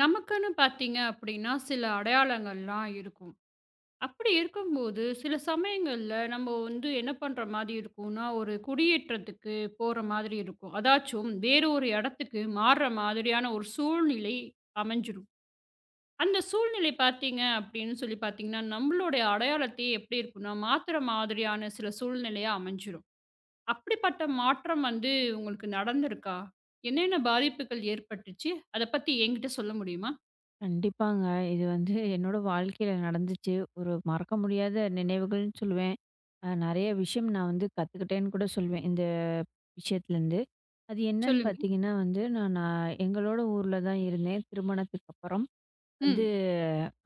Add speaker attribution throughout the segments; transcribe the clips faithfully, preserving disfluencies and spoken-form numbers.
Speaker 1: நமக்குன்னு பார்த்தீங்க அப்படின்னா, சில அடையாளங்கள்லாம் இருக்கும். அப்படி இருக்கும்போது, சில சமயங்கள்ல நம்ம வந்து என்ன பண்ற மாரி இருக்கும்னா, ஒரு குடியேற்றத்துக்கு போற மாதிரி இருக்கும். அதாச்சும் வேற ஒரு இடத்துக்கு மாறுற மாதிரியான ஒரு சூழ்நிலை அமைஞ்சிரும். அந்த சூழ்நிலை பார்த்தீங்க அப்படின்னு சொல்லி பார்த்தீங்கன்னா, நம்மளுடைய அடையாளத்தையே எப்படி இருக்கும்னா, மாத்துற மாதிரியான சில சூழ்நிலையா அமைஞ்சிரும். அப்படிப்பட்ட மாற்றம் வந்து உங்களுக்கு நடந்திருக்கா? என்னென்ன பாதிப்புகள் ஏற்பட்டுச்சு? அத பத்தி என்கிட்ட சொல்ல முடியுமா?
Speaker 2: கண்டிப்பாங்க. இது வந்து என்னோட வாழ்க்கையில நடந்துச்சு. ஒரு மறக்க முடியாத நினைவுகள்னு சொல்லுவேன். அ நெறைய விஷயம் நான் வந்து கத்துக்கிட்டேன்னு கூட சொல்வேன், இந்த விஷயத்துலேருந்து. அது என்னன்னு
Speaker 1: சொல்லுங்க.
Speaker 2: பார்த்தீங்கன்னா வந்து, நான் நான் எங்களோட ஊர்ல தான் இருந்தேன், திருமணத்துக்கு அப்புறம். வந்து
Speaker 1: ம்.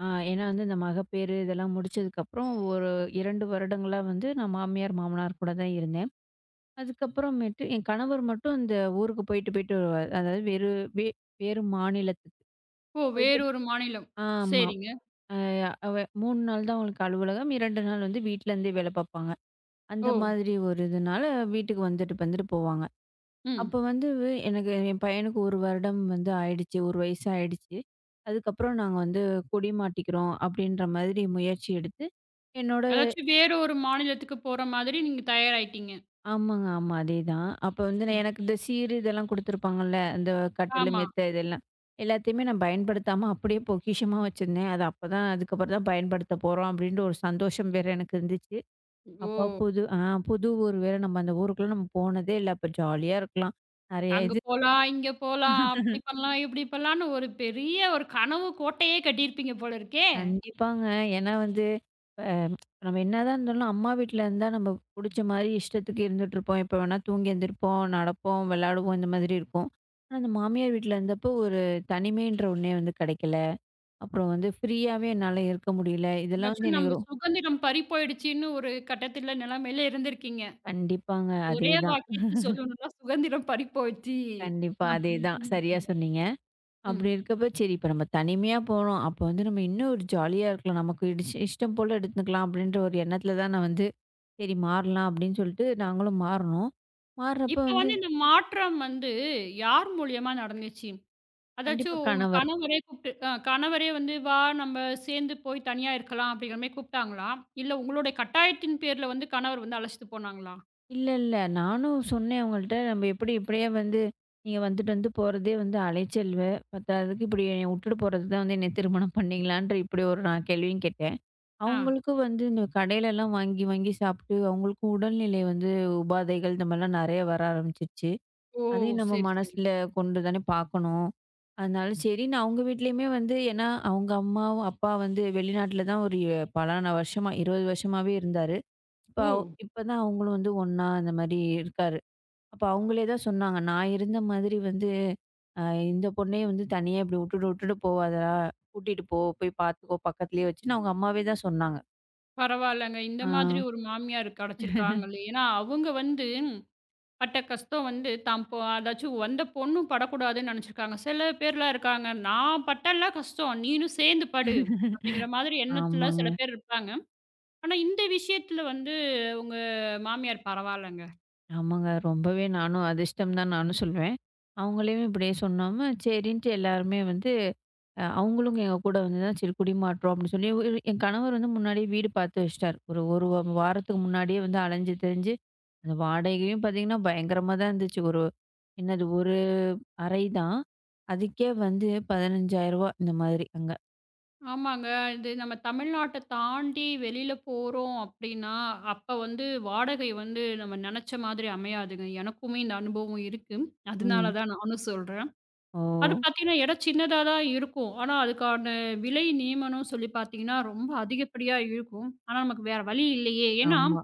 Speaker 2: அ ஏன்னா வந்து இந்த மகப்பேறு இதெல்லாம் முடிச்சதுக்கப்புறம் ஒரு இரண்டு வருடங்களா வந்து நான் மாமியார், மாமனார் கூட தான் இருந்தேன். அதுக்கப்புறமேட்டு என் கணவர் மட்டும் இந்த ஊருக்கு போயிட்டு, போயிட்டு வருவாரு. அதாவது வேறு வே வேறு மாநிலத்துக்கு
Speaker 1: ஓ!
Speaker 2: போயிட்டு
Speaker 1: வேற ஒரு மாநிலம்.
Speaker 2: ஆமா.
Speaker 1: சரிங்க.
Speaker 2: அ அவ மூணு நாள் தான் அவங்களுக்கு அலுவலகம். இரண்டு நாள் வந்து வீட்லருந்தே வேலை பார்ப்பாங்க. அந்த
Speaker 1: ஓ!
Speaker 2: மாதிரி ஒரு இதுனால வீட்டுக்கு வந்துட்டு வந்துட்டு போவாங்க.
Speaker 1: ம்.
Speaker 2: அப்போ வந்து எனக்கு என் பையனுக்கு ஒரு வருடம் வந்து ஆயிடுச்சு. ஒரு வயசு ஆயிடுச்சு. அதுக்கப்புறம் நாங்க வந்து கொடி மாட்டிக்கிறோம் அப்டின்ற மாதிரி முயற்சி எடுத்து என்னோட
Speaker 1: அதாச்சும் வேற ஒரு மாநிலத்துக்கு போற மாதிரி நீங்க தயாராயிட்டீங்க.
Speaker 2: ஆமாங்க, ஆமா. அதேதான். அப்ப வந்து நான்
Speaker 1: ம்.
Speaker 2: எனக்கு இந்த சீர் இதெல்லாம் குடுத்துருப்பாங்கல்ல. அந்த கட்டிலு,
Speaker 1: ஆமா.
Speaker 2: மெத்த இதெல்லாம். எல்லாத்தையுமே நான் பயன்படுத்தாம அப்படியே பொக்கிஷமா வச்சிருந்தேன். அது அப்பதான் அதுக்கப்புறம் தான் பயன்படுத்த போறோம் அப்டின்ற ஒரு சந்தோஷம் வேற எனக்கு இருந்துச்சு. அப்ப
Speaker 1: ஓ!
Speaker 2: புது ஆ புது ஊர் வேற. நம்ம அந்த ஊருக்குள்ள நம்ம போனதே இல்ல. அப்ப ஜாலியா இருக்கலாம். நெறைய
Speaker 1: அங்க
Speaker 2: இது
Speaker 1: போலாம், இங்க போலாம், அப்படி பண்ணலாம், இப்படி பண்ணலான்னு ஒரு பெரிய ஒரு கனவு கோட்டையே கட்டியிருப்பீங்க போல இருக்கே!
Speaker 2: கண்டிப்பாங்க. ஏன்னா வந்து இப்ப நம்ம என்னதான் இருந்தாலும் அம்மா வீட்ல இருந்தா நம்ம புடிச்ச மாரி இஷ்டத்துக்கு இருந்துட்டுருப்போம். எப்ப வேணா தூங்கி எந்திரிப்போம், நடப்போம், விளையாடுவோம் இந்த மாதிரி இருக்கும். ஆனா, அந்த மாமியார் வீட்ல இருந்தப்போ ஒரு தனிமைன்ற ஒண்ணே வந்து கிடைக்கல. அப்புறம் வந்து ஃப்ரீயாவே என்னால இருக்க முடியல. இதெல்லாம் வந்து
Speaker 1: அதாச்சும்
Speaker 2: எனக்கு
Speaker 1: நம்ம
Speaker 2: ரொ
Speaker 1: சுதந்திரம் பறி போயிடுச்சுன்னு ஒரு கட்டத்துல நிலைமையில இருந்திருக்கீங்க.
Speaker 2: கண்டிப்பாங்க.
Speaker 1: ஒரே
Speaker 2: அதேதான்.
Speaker 1: வாக்கியத்துல சொல்லணும்னா சுதந்திரம் பறி போச்சு.
Speaker 2: கண்டிப்பா
Speaker 1: அப்படி
Speaker 2: அதேதான்.
Speaker 1: இப்படின்னு
Speaker 2: சரியா
Speaker 1: இருக்கீங்க.
Speaker 2: சொன்னீங்க. அப்படி
Speaker 1: ம்.
Speaker 2: இருக்கப்ப, சரி இப்ப நம்ம தனிமையா போறோம். அப்ப வந்து நம்ம இன்னும் ஒரு ஜாலியா இருக்கலாம். நமக்கு இடிச்சு இஷ்டம் போல எடுத்துக்கலாம் அப்படின்ற ஒரு எண்ணத்துல தான் நான் வந்து, சரி மாறலாம் அப்படின்னு சொல்லிட்டு நாங்களும் மாறுனோம். மாறுறப்ப
Speaker 1: இப்ப
Speaker 2: வந்து
Speaker 1: வந்து இந்த மாற்றம் வந்து யார் மூலியமா நடந்துச்சு?
Speaker 2: கண்டிப்பா
Speaker 1: அதாச்சும் உங்க
Speaker 2: கணவர்.
Speaker 1: கணவரே கூப்பிட்டு அ கணவரே வந்து, "வா நம்ம சேர்ந்து போய் தனியா இருக்கலாம்." அப்படிங்கிற மாரி கூப்பிட்டாங்களா? இல்ல உங்களுடைய கட்டாயத்தின் பேர்ல வந்து கணவர் வந்து அழைச்சிட்டு போனாங்களா?
Speaker 2: இல்ல, இல்ல. நானும் சொன்னேன் அவங்கள்ட்ட, "நம்ம எப்படி இப்படியே வந்து நீங்க வந்துட்டு வந்து போறதே வந்து அலைச்சல். வே- பத்தாததுக்கு இப்படி என்னை விட்டுட்டு போறதுக்கு தான் வந்து என்னை திருமணம் பண்ணீங்களான்ற" இப்படி ஒரு நான் கேள்வியும் கேட்டேன்.
Speaker 1: ஆ.
Speaker 2: அவங்களுக்கும் வந்து இந்த கடையிலலாம் வாங்கி வாங்கி சாப்பிட்டு அவங்களுக்கும் உடல்நிலை வந்து உபாதைகள் இந்த மாதிரிலாம் நிறைய வர ஆரம்பிச்சிருச்சு.
Speaker 1: ஓ!
Speaker 2: அதையும் நம்ம
Speaker 1: சரி, சரி.
Speaker 2: மனசுல கொண்டு தானே பார்க்கணும். அதனால சரின்னு அவங்க வீட்லயுமே வந்து ஏன்னா அவங்க அம்மாவும், அப்பா வந்து வெளிநாட்டுல தான் ஒரு பலான வருஷமா இருபது வருஷமாவே இருந்தாரு. இப்ப
Speaker 1: ஓ!
Speaker 2: அவ் இப்பதான் அவங்களும் வந்து ஒண்ணா அந்த மாரி இருக்காரு. அப்ப அவங்களே தான் சொன்னாங்க. "நான் இருந்த மாதிரி வந்து அ இந்த பொண்ணையே வந்து தனியா இப்படி உட்டுட்டு உட்டுட்டு போவாதடா. கூட்டிட்டு போ. போய் பார்த்துக்கோ பக்கத்துலயே வச்சுன்னு" அவங்க அம்மாவே தான் சொன்னாங்க.
Speaker 1: பரவாயில்லங்க. இந்த
Speaker 2: ஆ,
Speaker 1: மாதிரி ஒரு மாமியார் கிடைச்சிருக்காங்களே. ஏன்னா, அவங்க வந்து பட்ட கஷ்டம் வந்து தான் பொ அதாச்சும் வந்த பொண்ணும் படக்கூடாதுன்னு நெனைச்சிருக்காங்க. சில பேர்லாம் இருக்காங்க, "நான் பட்டல கஷ்டம், நீனும் சேர்ந்து படு." அப்படிங்கிற மாதிரி எண்ணத்துல சில
Speaker 2: ஆமாங்க.
Speaker 1: பேர் இருப்பாங்க. ஆனா, இந்த விஷயத்துல வந்து உங்க மாமியார் பரவாயில்லங்க.
Speaker 2: ஆமாங்க. ரொம்பவே நானும் அதிர்ஷ்டம் தான் நானும் சொல்வேன். அவங்களையும் இப்படியே சொன்னாம, சரின்ட்டு எல்லாருமே வந்து அ அவங்களும் எங்க கூட வந்து தான் சரி குடிமாற்றம் அப்படின்னு சொல்லி ஒரு- என் கணவர் வந்து முன்னாடியே வீடு பார்த்து வச்சுட்டாரு. ஒரு ஒரு வா- வாரத்துக்கு முன்னாடியே வந்து அலைஞ்சு திரிஞ்சு, அந்த வாடகையும் பார்த்தீங்கன்னா, பயங்கரமா தான் இருந்துச்சு. ஒரு என்னது ஒரு அறை தான். அதுக்கே வந்து ரூ. பதினைந்தாயிரம் இந்த மாதிரி அங்க.
Speaker 1: ஆமாங்க. இது நம்ம தமிழ்நாட்ட தாண்டி வெளியில போறோம் அப்டின்னா, அப்ப வந்து வாடகை வந்து நம்ம நெனச்ச மாதிரி அமையாதுங்க. எனக்குமே இந்த அனுபவம் இருக்கு. அதனால
Speaker 2: ம்.
Speaker 1: தான் நானும் சொல்றேன்.
Speaker 2: ஓ!
Speaker 1: அது பார்த்தீங்கன்னா, இடம் சின்னதா தான் இருக்கும். ஆனா, அதுக்கான விலை நியமனம் சொல்லி பார்த்தீங்கன்னா, ரொம்ப அதிகப்படியா இருக்கும். ஆனா, நமக்கு வேற வழி இல்லையே. ஏன்னா,
Speaker 2: ஆமா.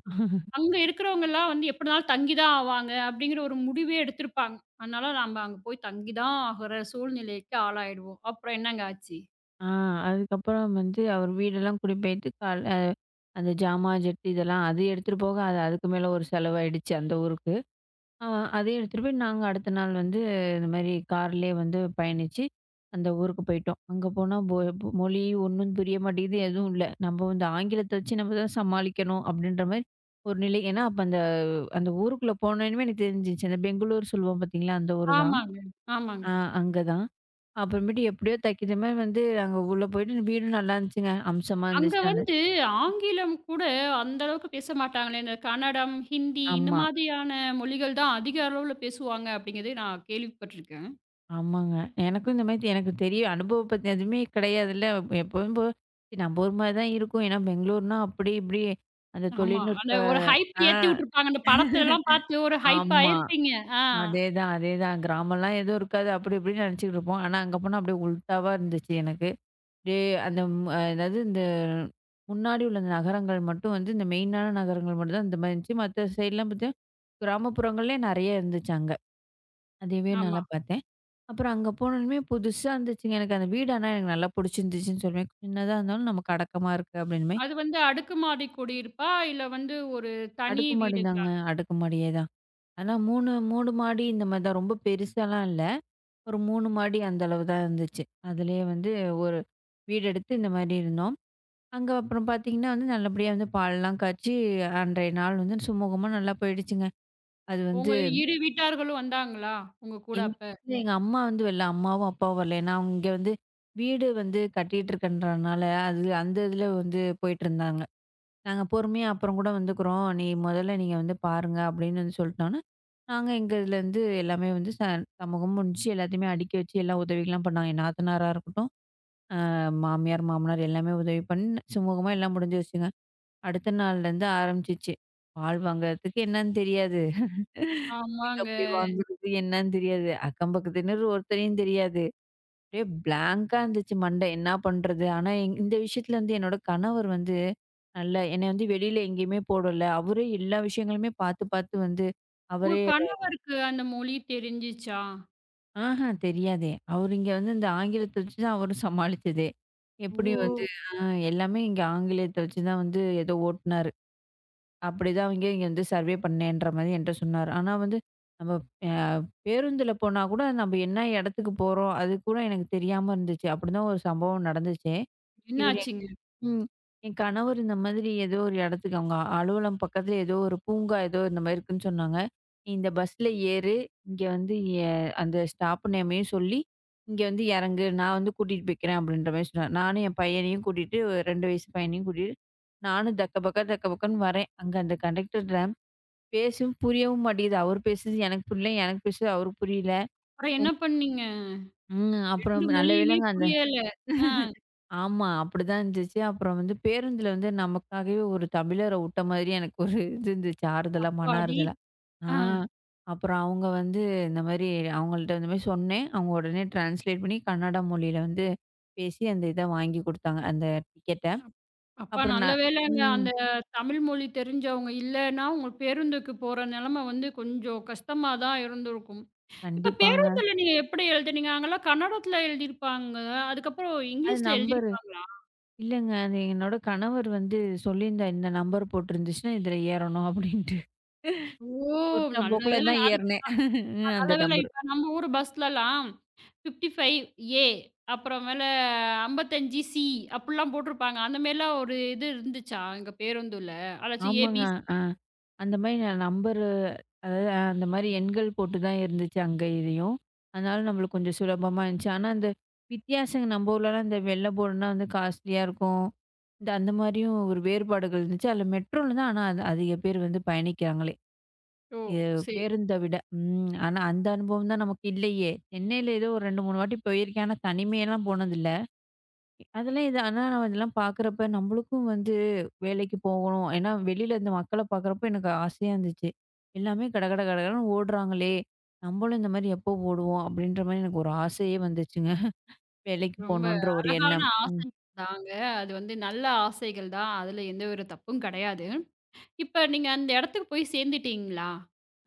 Speaker 1: அங்க இருக்கிறவங்கலாம் வந்து எப்படினாலும் தங்கி தான் ஆவாங்க அப்படிங்கிற ஒரு முடிவே எடுத்திருப்பாங்க. அதனால நம்ம அங்க போய் தங்கி தான் ஆகுற சூழ்நிலைக்கு ஆளாயிடுவோம். அப்புறம் என்னங்க ஆச்சு?
Speaker 2: ஆ. அதுக்கப்புறம் வந்து அவர் வீடெல்லாம் குடிபெயர்த்து கால் அ அந்த ஜாமான், ஜெட்டி இதெல்லாம் அது எடுத்துட்டு போக அது அதுக்கு மேல ஒரு செலவாயிடுச்சு அந்த ஊருக்கு. அ அதையும் எடுத்துட்டு போய் நாங்க அடுத்த நாள் வந்து இந்த மாரி கார்லயே வந்து பயணிச்சு, அந்த ஊருக்கு போயிட்டோம். அங்க போனா பொ மொழி ஒண்ணும் புரிய மாட்டேங்குது, எதுவும் இல்ல. நம்ம வந்து ஆங்கிலத்த வச்சு நம்ம தான் சமாளிக்கணும் அப்படின்ற மாரி ஒரு நிலை. ஏன்னா அப்ப அந்த அந்த ஊருக்குள்ள போனோனமே எனக்கு தெரிஞ்சுச்சு. அந்த பெங்களூர் சொல்லுவோம் பார்த்தீங்களா? அந்த ஊரு தான்.
Speaker 1: ஆமாங்க, ஆமாங்க.
Speaker 2: ஆ அங்க தான். அப்புறமேட்டு எப்படியோ தைக்கிற மாரி வந்து நாங்க உள்ள போயிட்டு வீடும் நல்லா இருந்துச்சுங்க. அம்சமா
Speaker 1: அங்க
Speaker 2: இருந்துச்சு. நல்ல
Speaker 1: வந்து ஆங்கிலம் கூட அந்த அளவுக்கு பேச மாட்டாங்களே. இந்த கன்னடம், ஹிந்தி இந்த
Speaker 2: ஆமா.
Speaker 1: மாதிரியான மொழிகள் தான் அதிக அளவுல பேசுவாங்க அப்படிங்கிறதே நான் கேள்விப்பட்டுருக்கேன்.
Speaker 2: ஆமாங்க. எனக்கும் இந்த மாரி எனக்கு தெரியும். அனுபவம் பத்தின எதுவுமே கிடையாதுல்ல. எப்பவும் போ சரி, நம்ம ஊர் மாரி தான் இருக்கும். ஏன்னா பெங்களூர்னா அப்படி இப்படி அந்த
Speaker 1: ஆமா.
Speaker 2: தொழில்நுட்ப
Speaker 1: அந்த ஒரு ஹைப்
Speaker 2: ஆ
Speaker 1: ஏத்தி விட்டுருப்பாங்க. அந்த படத்துலலாம் பார்த்து ஒரு ஹைப்
Speaker 2: ஆமா.
Speaker 1: ஆயிருப்பீங்க. ஆ.
Speaker 2: அதேதான், அதேதான். கிராமம்லாம் எதுவும் இருக்காது. அப்படி இப்படின்னு நெனச்சுக்கிட்டு இருப்போம். ஆனா அங்க போனா அப்படியே உல்டாவா இருந்துச்சு எனக்கு. அப்படியே அந்த ம் அஹ், அதாவது இந்த முன்னாடி உள்ள இந்த நகரங்கள் மட்டும் வந்து இந்த மெயினான நகரங்கள் மட்டும் தான் இந்த மாரி இருந்துச்சு. மத்த சைட்லாம் பார்த்தீங்கன்னா, கிராமப்புறங்கள்லயே நெறைய இருந்துச்சு அங்க. அதையவே
Speaker 1: ஆமா.
Speaker 2: நல்லா பார்த்தேன். அப்புறம் அங்க போனோனமே புதுசா இருந்துச்சுங்க. எனக்கு அந்த வீடு ஆனா எனக்கு நல்லா புடிச்சிருந்துச்சுன்னு சொல்வேன். சின்னதா இருந்தாலும் நமக்கு அடக்கமா இருக்கு அப்படின்னு மாரி.
Speaker 1: அது வந்து அடுக்குமாடி குடியிருப்பா? இல்ல வந்து ஒரு தனி
Speaker 2: அடுக்குமாடி
Speaker 1: வீடுங்களா?
Speaker 2: தாங்க. அடுக்குமாடியே தான். ஆனா மூணு, மூணு மாடி இந்த மாரி தான். ரொம்ப பெருசாலாம் இல்ல. ஒரு மூணு மாடி அந்த அளவு தான் இருந்துச்சு. அதிலேயே வந்து ஒரு வீடு எடுத்து இந்த மாரி இருந்தோம். அங்க ம். அப்புறம் பார்த்தீங்கன்னா வந்து நல்லபடியா வந்து பால்லாம் காய்ச்சி அன்றைய நாள் வந்து சுமூகமா நல்லா போயிடுச்சுங்க. அது வந்து
Speaker 1: உங்க இரு வீட்டார்களும் வந்தாங்களா? உங்க கூட
Speaker 2: எங்க
Speaker 1: அப்ப?
Speaker 2: வீட்ல எங்க அம்மா வந்து வரல. அம்மாவும், அப்பாவும் வரல. ஏன்னா அவங்க இங்க வந்து வீடு வந்து கட்டிட்டு இருக்கன்றனால அது அந்த இதில வந்து போயிட்டுருந்தாங்க. நாங்க பொறுமையா அப்புறம் கூட வந்துக்கிறோம். நீ முதல்ல நீங்க வந்து பாருங்க அப்படின்னு வந்து சொல்லிட்டோன்னே, நாங்க எங்க இதுலேருந்து எல்லாமே வந்து ச சமூகமும் முடிஞ்சுச்சு. எல்லாத்தையுமே அடுக்கி வச்சு எல்லா உதவிகள்லாம் பண்ணாங்க. என் நாத்தனாரா இருக்கட்டும் மாமியார், மாமனார் எல்லாமே உதவி பண்ணி சுமூகமா எல்லாம் முடிஞ்சிருச்சுங்க. அடுத்த நாள்லேருந்து ஆரம்பிச்சுச்சு. பால் வாங்குறதுக்கு என்னன்னு தெரியாது. எங்க
Speaker 1: ஆமாங்க.
Speaker 2: போய் வாங்குறது என்னன்னு தெரியாது. அக்கம் பக்கத்தினர் ஒருத்தரையும் தெரியாது. அப்படியே பிளாங்க்கா இருந்துச்சு மண்டை. என்ன பண்றது? ஆனா எங் இந்த விஷயத்துல வந்து என்னோட கணவர் வந்து நல்லா என்னை வந்து வெளியில எங்கேயுமே போடல. அவரே எல்லா விஷயங்களுமே பார்த்து பார்த்து வந்து
Speaker 1: உங்க
Speaker 2: அவரே
Speaker 1: கணவருக்கு அந்த மொழி தெரிஞ்சுச்சா?
Speaker 2: ஆஹா தெரியாதே! அவரு இங்க வந்து இந்த ஆங்கிலத்த வச்சு தான் அவரும் சமாளிச்சதே. எப்படி வந்து
Speaker 1: ஓ!
Speaker 2: ஆ எல்லாமே இங்க ஆங்கிலத்த வச்சு தான் வந்து ஏதோ ஓட்டுனாரு. அப்படிதான் அவங்க இங்க வந்து சர்வே பண்ணேன்ற மாரி என்ட்ட சொன்னாரு. ஆனா வந்து நம்ம அ பேருந்துல போனா கூட நம்ம என்ன இடத்துக்கு போறோம், அது கூட எனக்கு தெரியாம இருந்துச்சு. அப்படிதான் ஒரு சம்பவம் நடந்துச்சு.
Speaker 1: என்ன
Speaker 2: இவரு
Speaker 1: ஆச்சுங்க?
Speaker 2: ம். என் கணவர் இந்த மாதிரி ஏதோ ஒரு இடத்துக்கு அவங்க அ- அலுவலகம் பக்கத்துல ஏதோ ஒரு பூங்கா ஏதோ இந்த மாதிரி இருக்குன்னு சொன்னாங்க. "நீ இந்த பஸ்ல ஏறு, இங்க வந்து எ அந்த ஸ்டாப் நேமையும் சொல்லி, இங்க வந்து இறங்கு. நான் வந்து கூட்டிட்டு போய்க்கிறேன்" அப்படின்ற மாரி சொன்னாரு. நானும் என் பையனையும் கூட்டிட்டு ரெண்டு வயசு பையனையும் கூட்டிட்டு, நானும் தக்க பக்கா தக்க பக்கன்னு வரேன். அங்க அந்த கண்டக்டர்ட்ட பேசவும் புரியவும் மாட்டேங்குது. அவர் பேசுறது எனக்கு புரியல, எனக்கு பேசுறது அவருக்கு புரியல.
Speaker 1: அப்புறம் என்ன பண்ணீங்க?
Speaker 2: ம். அப்புறம்
Speaker 1: ரெண்டு
Speaker 2: நல்ல
Speaker 1: மொழியுமே
Speaker 2: வேளைங்க அந்த
Speaker 1: புரியல. ஆ
Speaker 2: ஆமா. அப்படிதான் இருந்துச்சு. அப்புறம் வந்து பேருந்துல வந்து நமக்காகவே ஒரு தமிழர உட்ட மாதிரி எனக்கு ஒரு இது இருந்துச்சு. ஆறுதலா, மன
Speaker 1: அப்பாடி!
Speaker 2: ஆறுதலா. ஆ.
Speaker 1: ஆ
Speaker 2: அப்புறம் அவங்க வந்து இந்த மாரி அவங்கள்ட்ட இந்த மாரி சொன்னேன். அவங்க உடனே டிரான்ஸ்லேட் பண்ணி கன்னட மொழியில வந்து பேசி அந்த இத வாங்கி குடுத்தாங்க. அந்த டிக்கெட்ட.
Speaker 1: அப் அப்பா
Speaker 2: அப்புறம்
Speaker 1: நல்ல
Speaker 2: நான்
Speaker 1: வேளைங்க
Speaker 2: ம்.
Speaker 1: அந்த தமிழ் மொழி தெரிஞ்சவங்க இல்லன்னா, உங்க பேருந்துக்கு போற நெலைம வந்து கொஞ்சம் கஷ்டமா தான் இருந்திருக்கும். இப்ப
Speaker 2: கண்டிப்பாங்க.
Speaker 1: பேருந்துல நீங்க எப்படி எழுதுனீங்க? அங்கலாம் கன்னடத்துல எழுதியிருப்பாங்க. அதுக்கப்புறம்
Speaker 2: அது
Speaker 1: இங்கிலீஷ்ல
Speaker 2: நம்பரு
Speaker 1: எழுதியிருப்பாங்களா?
Speaker 2: இல்லங்க. அது என்னோட கணவர் வந்து சொல்லியிருந்தார். இந்த நம்பர் போட்டிருந்துச்சுன்னா, இதில ஏறணும் அப்படின்ட்டு.
Speaker 1: ஓ!
Speaker 2: குருட்டாம்
Speaker 1: நல்ல
Speaker 2: போக்குல
Speaker 1: வேளைங்க.
Speaker 2: தான்
Speaker 1: அதுக்கு
Speaker 2: ஏறினேன்.
Speaker 1: நல்ல
Speaker 2: அந்த
Speaker 1: வேளை
Speaker 2: நம்பர்.
Speaker 1: இப்ப நம்ம ஊர் பஸ்லலாம் 55 ஏ அப்புறமேல 55 சி அப்புட்லாம் போட்டிருப்பாங்க. அந்த மாரிலாம் ஒரு இது இருந்துச்சா எங்க பேருந்துல? அதாச்சும் ஏ,
Speaker 2: ஆமாங்க.
Speaker 1: பி,
Speaker 2: ஆ. அந்த மாரி நான் நம்பரு அதாவது அந்த மாரி எண்கள் போட்டு தான் இருந்துச்சு அங்க இதையும். அதனால நம்மளுக்கு கொஞ்சம் சுலபமா இருந்துச்சு. ஆனா, அந்த வித்தியாசங்க நம்ம ஊர்லலாம் இந்த வெள்ள போர்டுனா வந்து காஸ்ட்லியா இருக்கும். இந்த அந்த மாரியும் ஒரு வேறுபாடுகள் இருந்துச்சு. அதில மெட்ரோல தான் ஆனா அது அதிக பேர் வந்து பயணிக்கிறாங்களே!
Speaker 1: ஓ!
Speaker 2: இது
Speaker 1: சரி.
Speaker 2: பேருந்த விட. ம். ஆனா அந்த அனுபவம் தான் நமக்கு இல்லையே! சென்னையில ஏதோ ஒரு ரெண்டு, மூணு வாட்டி போயிருக்கேன். ஆனா தனிமையெல்லாம் போனதில்ல. அதெல்லாம் இது ஆனா நான் இதெல்லாம் பார்க்குறப்ப நம்மளுக்கும் வந்து வேலைக்கு போகணும். ஏன்னா வெளியில இந்த மக்கள பார்க்குறப்ப எனக்கு ஆசையா இருந்துச்சு. எல்லாமே கடகட கடகடன்னு ஓடுறாங்களே! நம்மளும் இந்த மாரி எப்போ ஓடுவோம்? அப்படின்ற மாரி எனக்கு ஒரு ஆசையே வந்துச்சுங்க. வேலைக்கு
Speaker 1: ரொம்ப
Speaker 2: போணுன்ற ஒரு
Speaker 1: அழகான
Speaker 2: எண்ணம். ம்.
Speaker 1: ஆசைகள் தாங்க. அது வந்து நல்ல ஆசைகள் தான். அதுல எந்த ஒரு தப்பும் கிடையாது. இப்ப நீங்க அந்த இடத்துக்கு போய் சேர்ந்துட்டீங்களா?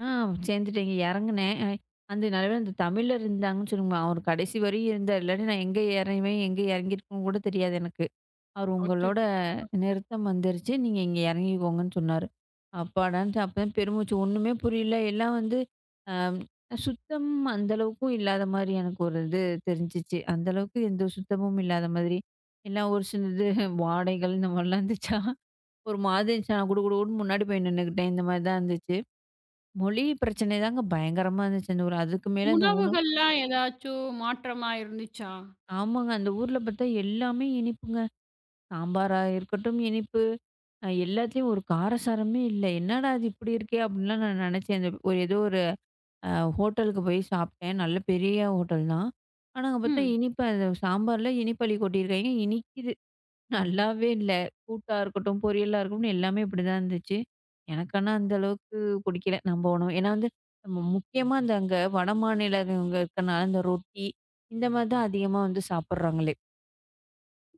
Speaker 2: ஆ சேர்ந்துட்டேங்க. இறங்குனேன். அ அந்த நடுவுல அந்த தமிழர் இருந்தாங்கன்னு சொல்லுங்க. அவர் கடைசி வரையும் இருந்தார். இல்லாட்டி நான் எங்க இறங்குவேன்? எங்க இறங்கியிருக்கேன்னு கூட தெரியாது எனக்கு. அவரு உங்களோட
Speaker 1: அச்சச்சோ!
Speaker 2: நிறுத்தம் வந்துருச்சு. நீங்க இங்க இறங்கிக்கோங்கன்னு சொன்னாரு. அப்பாடான்ட்டு அப்பதான் பெருமூச்சு. ஒண்ணுமே புரியல. எல்லாம் வந்து அ சுத்தம் அந்த அளவுக்கும் இல்லாத மாரி எனக்கு ஒரு இது தெரிஞ்சுச்சு. அந்த அளவுக்கு எந்த சுத்தமும் இல்லாத மாதிரி. எல்லாம் ஒரு சிலது வாடைகள் இந்த மாரிலாம் இருந்துச்சா, ஒரு மாதிரி இருந்துச்சு. நான் குடு குடு குடுன்னு முன்னாடி போய் நின்னுக்கிட்டேன். இந்த மாரி தான் இருந்துச்சு. மொழி பிரச்சனை தாங்க பயங்கரமா இருந்துச்சு அந்த ஊர். அதுக்கு மேல அந்த உணவு
Speaker 1: உணவுகள்லாம் ஏதாச்சும் மாற்றமா இருந்துச்சா?
Speaker 2: ஆமாங்க. அந்த ஊர்ல பார்த்தா எல்லாமே இனிப்புங்க. சாம்பாரா இருக்கட்டும், இனிப்பு அ எல்லாத்துலயும் ஒரு காரசாரமே இல்ல. என்னடா இது இப்படி இருக்கே! அப்படின்லாம் நான் நெனச்சேன். அந்த ஒரு ஏதோ ஒரு அ ஹோட்டலுக்கு போய் சாப்ட்டேன். நல்ல பெரிய ஹோட்டல் தான். ஆனா, அங்க பார்த்தா
Speaker 1: ம்.
Speaker 2: இனிப்பு அந்த சாம்பார்ல இனிப்பள்ளி கொட்டியிருக்காய்ங்க. இனிக்குது. நல்லாவே இல்ல. கூட்டா இருக்கட்டும், பொரியலா இருக்கட்டும் எல்லாமே இப்படிதான் இருந்துச்சு. எனக்கு ஆனா அந்த அளவுக்கு புடிக்கல. நம்ம உணவு. ஏன்னா வந்து நம்ம முக்கியமா அந்த அங்க வடமாநிலங்க இருக்கனால, இந்த ரொட்டி இந்த மாரி தான் அதிகமா வந்து சாப்பிடுறாங்களே,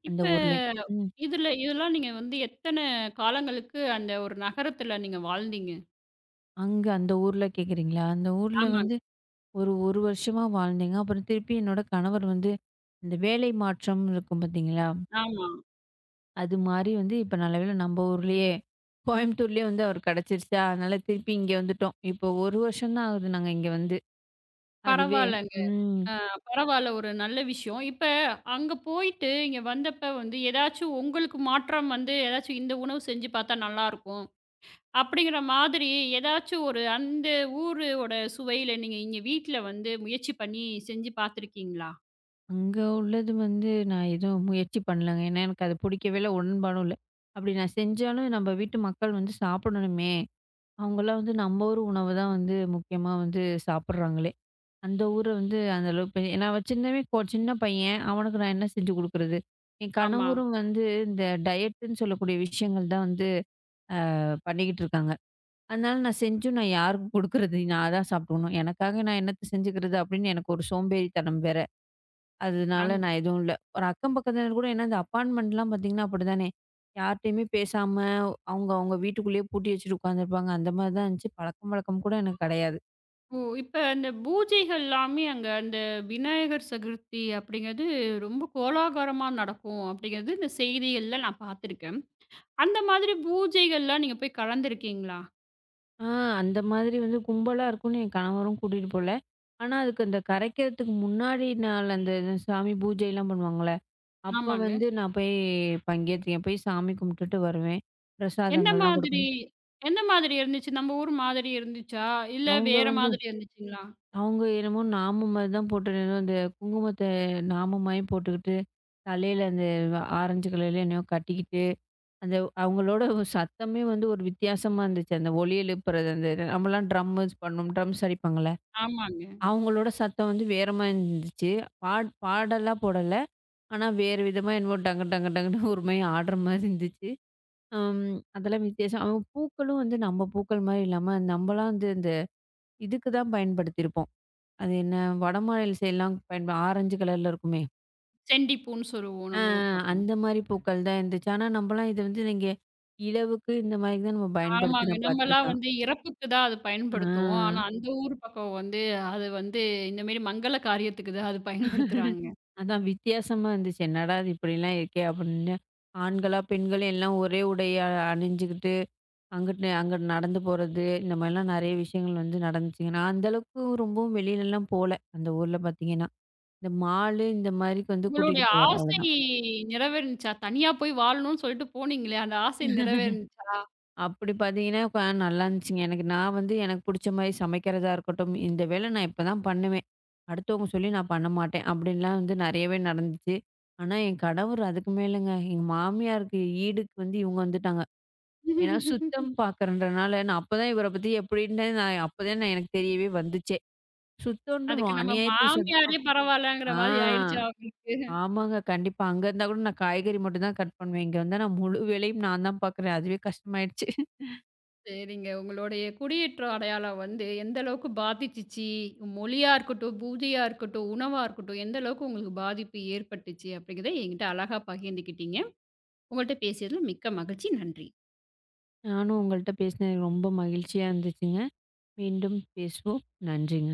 Speaker 2: அந்த
Speaker 1: இப்ப
Speaker 2: ஊர்லயும். ம்.
Speaker 1: இதுல இதெல்லாம் நீங்க வந்து எத்தன காலங்களுக்கு அந்த ஒரு நகரத்துல நீங்க வாழ்ந்தீங்க?
Speaker 2: அங்க அந்த ஊர்ல கேட்குறீங்களா? அந்த ஊர்ல
Speaker 1: ஆமாங்க.
Speaker 2: வந்து ஒரு 1 வருஷமா வாழ்ந்தேங்க. அப்புறம் திருப்பி என்னோட கணவர் வந்து இந்த வேலை மாற்றம் இருக்கும் பார்த்தீங்களா?
Speaker 1: ஆமா.
Speaker 2: அது மாரி வந்து இப்ப நல்ல வேளை நம்ம ஊர்லயே, கோயம்புத்தூர்லயே வந்து அவர் கிடைச்சிருச்சா, அதனால திருப்பி இங்க வந்துட்டோம். இப்போ ஒரு வருஷம் தான் ஆகுது நாங்க இங்க வந்து. அதுவே
Speaker 1: பரவால்லங்க.
Speaker 2: ம்.
Speaker 1: பரவால்ல ஒரு நல்ல விஷயம். இப்ப அங்க போயிட்டு இங்க வந்தப்ப வந்து ஏதாச்சும் உங்களுக்கு மாற்றம் வந்து ஏதாச்சும் இந்த உணவு செஞ்சு பார்த்தா நல்லாருக்கும். அப்படிங்கிற மாதிரி ஏதாச்சும் ஒரு அந்த ஊரோட சுவையில நீங்க இங்க வீட்ல வந்து முயற்சி பண்ணி செஞ்சு பார்த்துருக்கீங்களா?
Speaker 2: அங்க உள்ளது வந்து நான் எதுவும் முயற்சி பண்ணலங்க. ஏன்னா எனக்கு அது பிடிக்கவே இல்ல, உடன்பாடும் இல்ல. அப்படி நான் செஞ்சாலும் நம்ம வீட்டு மக்கள் வந்து சாப்பிடணுமே! அவங்கலாம் வந்து நம்ம ஊர் உணவு தான் வந்து முக்கியமா வந்து சாப்பிடுறாங்களே! அந்த ஊர வந்து அந்த அளவுக்கு ஏன்னா அவன் சின்னவே கொ சின்ன பையன். அவனுக்கு நான் என்ன செஞ்சு குடுக்குறது? என்
Speaker 1: ஆமா.
Speaker 2: கணவரும் வந்து இந்த டயட்டுன்னு சொல்லக்கூடிய விஷயங்கள் தான் வந்து அஹ், பண்ணிக்கிட்டு இருக்காங்க. அதனால நான் செஞ்சும் நான் யாருக்கு குடுக்குறது? நான் தான் சாப்பிடணும். எனக்காக நான் என்னத்த செஞ்சுக்கிறது? அப்படின்னு எனக்கு ஒரு சோம்பேறித்தனம் வேற.
Speaker 1: அங்
Speaker 2: அதனால நான் எதுவும் இல்ல. ஒரு அக்கம் பக்கத்தினர் கூட ஏன்னா இந்த அப்பார்ட்மெண்ட்லாம் பார்த்தீங்கன்னா அப்படிதானே. யார்ட்டயுமே பேசாம அவங்க அவங்க வீட்டுக்குள்ளேயே பூட்டி வச்சுட்டு உட்காந்துருப்பாங்க. அந்த மாரி தான் இருந்துச்சு. பழக்கம் வழக்கம் கூட எனக்கு கிடையாது.
Speaker 1: ஓ! இப்ப அந்த பூஜைகள் எல்லாமே அங்க அந்த விநாயகர் சதுர்த்தி அப்படிங்கிறது ரொம்ப கோலாகலமா நடக்கும் அப்படிங்கிறது இந்த செய்திகள்ல நான் பார்த்துருக்கேன். அந்த மாதிரி பூஜைகள்லாம் நீங்க போய் கலந்துருக்கீங்களா?
Speaker 2: ஆ அந்த மாதிரி வந்து கும்பலா இருக்கும்னு என் கணவரும் கூட்டிட்டு போல. ஆனா, அதுக்கு அந்த கரைக்கிறதுக்கு முன்னாடி நாள் அந்த இது சாமி பூஜைலாம் பண்ணுவாங்கல்ல, அப்ப
Speaker 1: ஆமாங்க.
Speaker 2: வந்து நான் போய் பங்கேற்கேன். போய் சாமி கும்பிட்டுட்டு வருவேன்.
Speaker 1: எந்த
Speaker 2: பிரசாதங்கள்லாம்
Speaker 1: மாதிரி
Speaker 2: குடுப்பாங்க.
Speaker 1: எந்த மாதிரி இருந்துச்சு? நம்ம ஊர் மாதிரி இருந்துச்சா? இல்ல
Speaker 2: அவங்க
Speaker 1: வேற
Speaker 2: வந்து
Speaker 1: மாதிரி இருந்துச்சுங்களா?
Speaker 2: அவங்க என்னமோ நாமம் மாரி தான் போட்டு என்னமோ அந்த குங்குமத்த நாமம் மாரி போட்டுக்கிட்டு, தலையில அந்த ஆரஞ்சு கலர்ல என்னையோ கட்டிக்கிட்டு, அந்த அவங்களோட ஒரு சத்தமே வந்து ஒரு வித்தியாசமா இருந்துச்சு. அந்த ஒலி எழுப்புறது அந்த நம்மலாம் ட்ரம்மு பண்ணும் ட்ரம்ஸ் அடிப்பாங்கல்ல.
Speaker 1: ஆமாங்க.
Speaker 2: அவங்களோட சத்தம் வந்து வேறமா இருந்துச்சு. பாட் பாடலா போடல. ஆனா, வேறு விதமா என்னமோ டங்கு டங்கு டங்குன்னு ஒரு மாரி ஆடுற மாரி இருந்துச்சு. அம் அதெல்லாம் வித்தியாசம். அவங்க பூக்களும் வந்து நம்ம பூக்கள் மாரி இல்லாம, நம்மலாம் வந்து இந்த இதுக்கு தான் பயன்படுத்தியிருப்போம். அது என்ன வடமாநில சைட்லாம் பயன்ப ஆரஞ்சு கலர்ல இருக்குமே!
Speaker 1: செண்டிப்பூன்னு சொல்லுவோம்
Speaker 2: ஆ
Speaker 1: நம்ம ஊர் பக்கம்.
Speaker 2: அந்த மாரி பூக்கள் தான் இருந்துச்சு. ஆனா, நம்பலாம் இது வந்து இங்க இலவுக்கு இந்த மாரி தான் நம்ம பயன்படுத்தி
Speaker 1: ஆமாங்க.
Speaker 2: நான்
Speaker 1: நம்மலாம்
Speaker 2: பார்த்துருக்கேன்.
Speaker 1: வந்து இறப்புக்கு தான் அது
Speaker 2: ஆ.
Speaker 1: பயன்படுத்துவோம். ஆனா அந்த ஊர் பக்கம் வந்து அது வந்து இந்த மாரி மங்கல காரியத்துக்கு தான் அது பயன்படுத்துறாங்க.
Speaker 2: அதான் வித்தியாசமா இருந்துச்சு. என்னடா இது இப்படிலாம் இருக்கே! அப்படின்னு. ஆண்களா, பெண்கள் எல்லாம் ஒரே உடைய அணிஞ்சுக்கிட்டு, அங்கிட்டு அங்கிட்டு நடந்து போறது, இந்த மாரிலாம் நெறைய விஷயங்கள் வந்து நடந்துச்சுங்க. நான் அந்த அளவுக்கு ரொம்பவும் வெளியிலலாம் போல, அந்த ஊர்ல பார்த்தீங்கன்னா. இந்த மாலு இந்த மாரிக்கு வந்து கூட்டிட்டு
Speaker 1: உங்களுடைய
Speaker 2: போவாரு.
Speaker 1: ஆசை
Speaker 2: அவ்வளதான்.
Speaker 1: நிறைவேறுனுச்சா? தனியா போய் வாழணும்னு சொல்லிட்டு போனீங்களே, அந்த ஆசை நிறைவேறுனுச்சா?
Speaker 2: அப்படி பார்த்தீங்கன்னா, இப்ப நல்லாருந்துச்சுங்க. எனக்கு நான் வந்து எனக்கு புடிச்ச மாரி சமைக்கிறதா இருக்கட்டும், இந்த வேலை நான் இப்பதான் பண்ணுவேன். அடுத்தவங்க சொல்லி நான் பண்ண மாட்டேன். அப்படின்லாம் வந்து நெறையவே நடந்துச்சு. ஆனா, என் கணவர் அதுக்கு மேலங்க. எங்க மாமியாருக்கு ஈடுக்கு வந்து இவங்க வந்துட்டாங்க. ஏன்னா சுத்தம் பார்க்கறன்றனால, நான் அப்பதான் இவர பத்தி எப்படின்னு நான் அப்பதான் நான் எனக்கு தெரியவே வந்துச்சே.
Speaker 1: அதுக்கு
Speaker 2: சுத்தம்ன்றோம்.
Speaker 1: நம்ம
Speaker 2: அநியாயத்துக்கு
Speaker 1: மாமியாரே
Speaker 2: சுத்தம்.
Speaker 1: பரவாயில்லங்கிற
Speaker 2: ஆ.
Speaker 1: மாரி ஆயிடுச்சா உங்களுக்கு?
Speaker 2: ஆமாங்க. கண்டிப்பா. அங்க இருந்தா கூட நான் காய்கறி மட்டும் தான் கட் பண்ணுவேன். இங்க வந்தா நான் முழு வேலையும் நான் தான் பார்க்குறேன். அதுவே கஷ்டமாயிடுச்சு.
Speaker 1: சரிங்க. உங்களுடைய குடியேற்றம் அடையாளம் வந்து எந்த அளவுக்கு பாதிச்சுச்சு? மொழியா இருக்கட்டும், பூஜையா இருக்கட்டும், உணவா இருக்கட்டும், எந்த அளவுக்கு உங்களுக்கு பாதிப்பு ஏற்பட்டுச்சு? அப்படிங்கிறத என்கிட்ட அழகா பகிர்ந்துக்கிட்டீங்க. உங்கள்ட்ட பேசியதில் மிக்க மகிழ்ச்சி. நன்றி.
Speaker 2: நானும் உங்கள்ட்ட பேசினது ரொம்ப மகிழ்ச்சியா இருந்துச்சுங்க. மீண்டும் பேசுவோம். நன்றிங்க.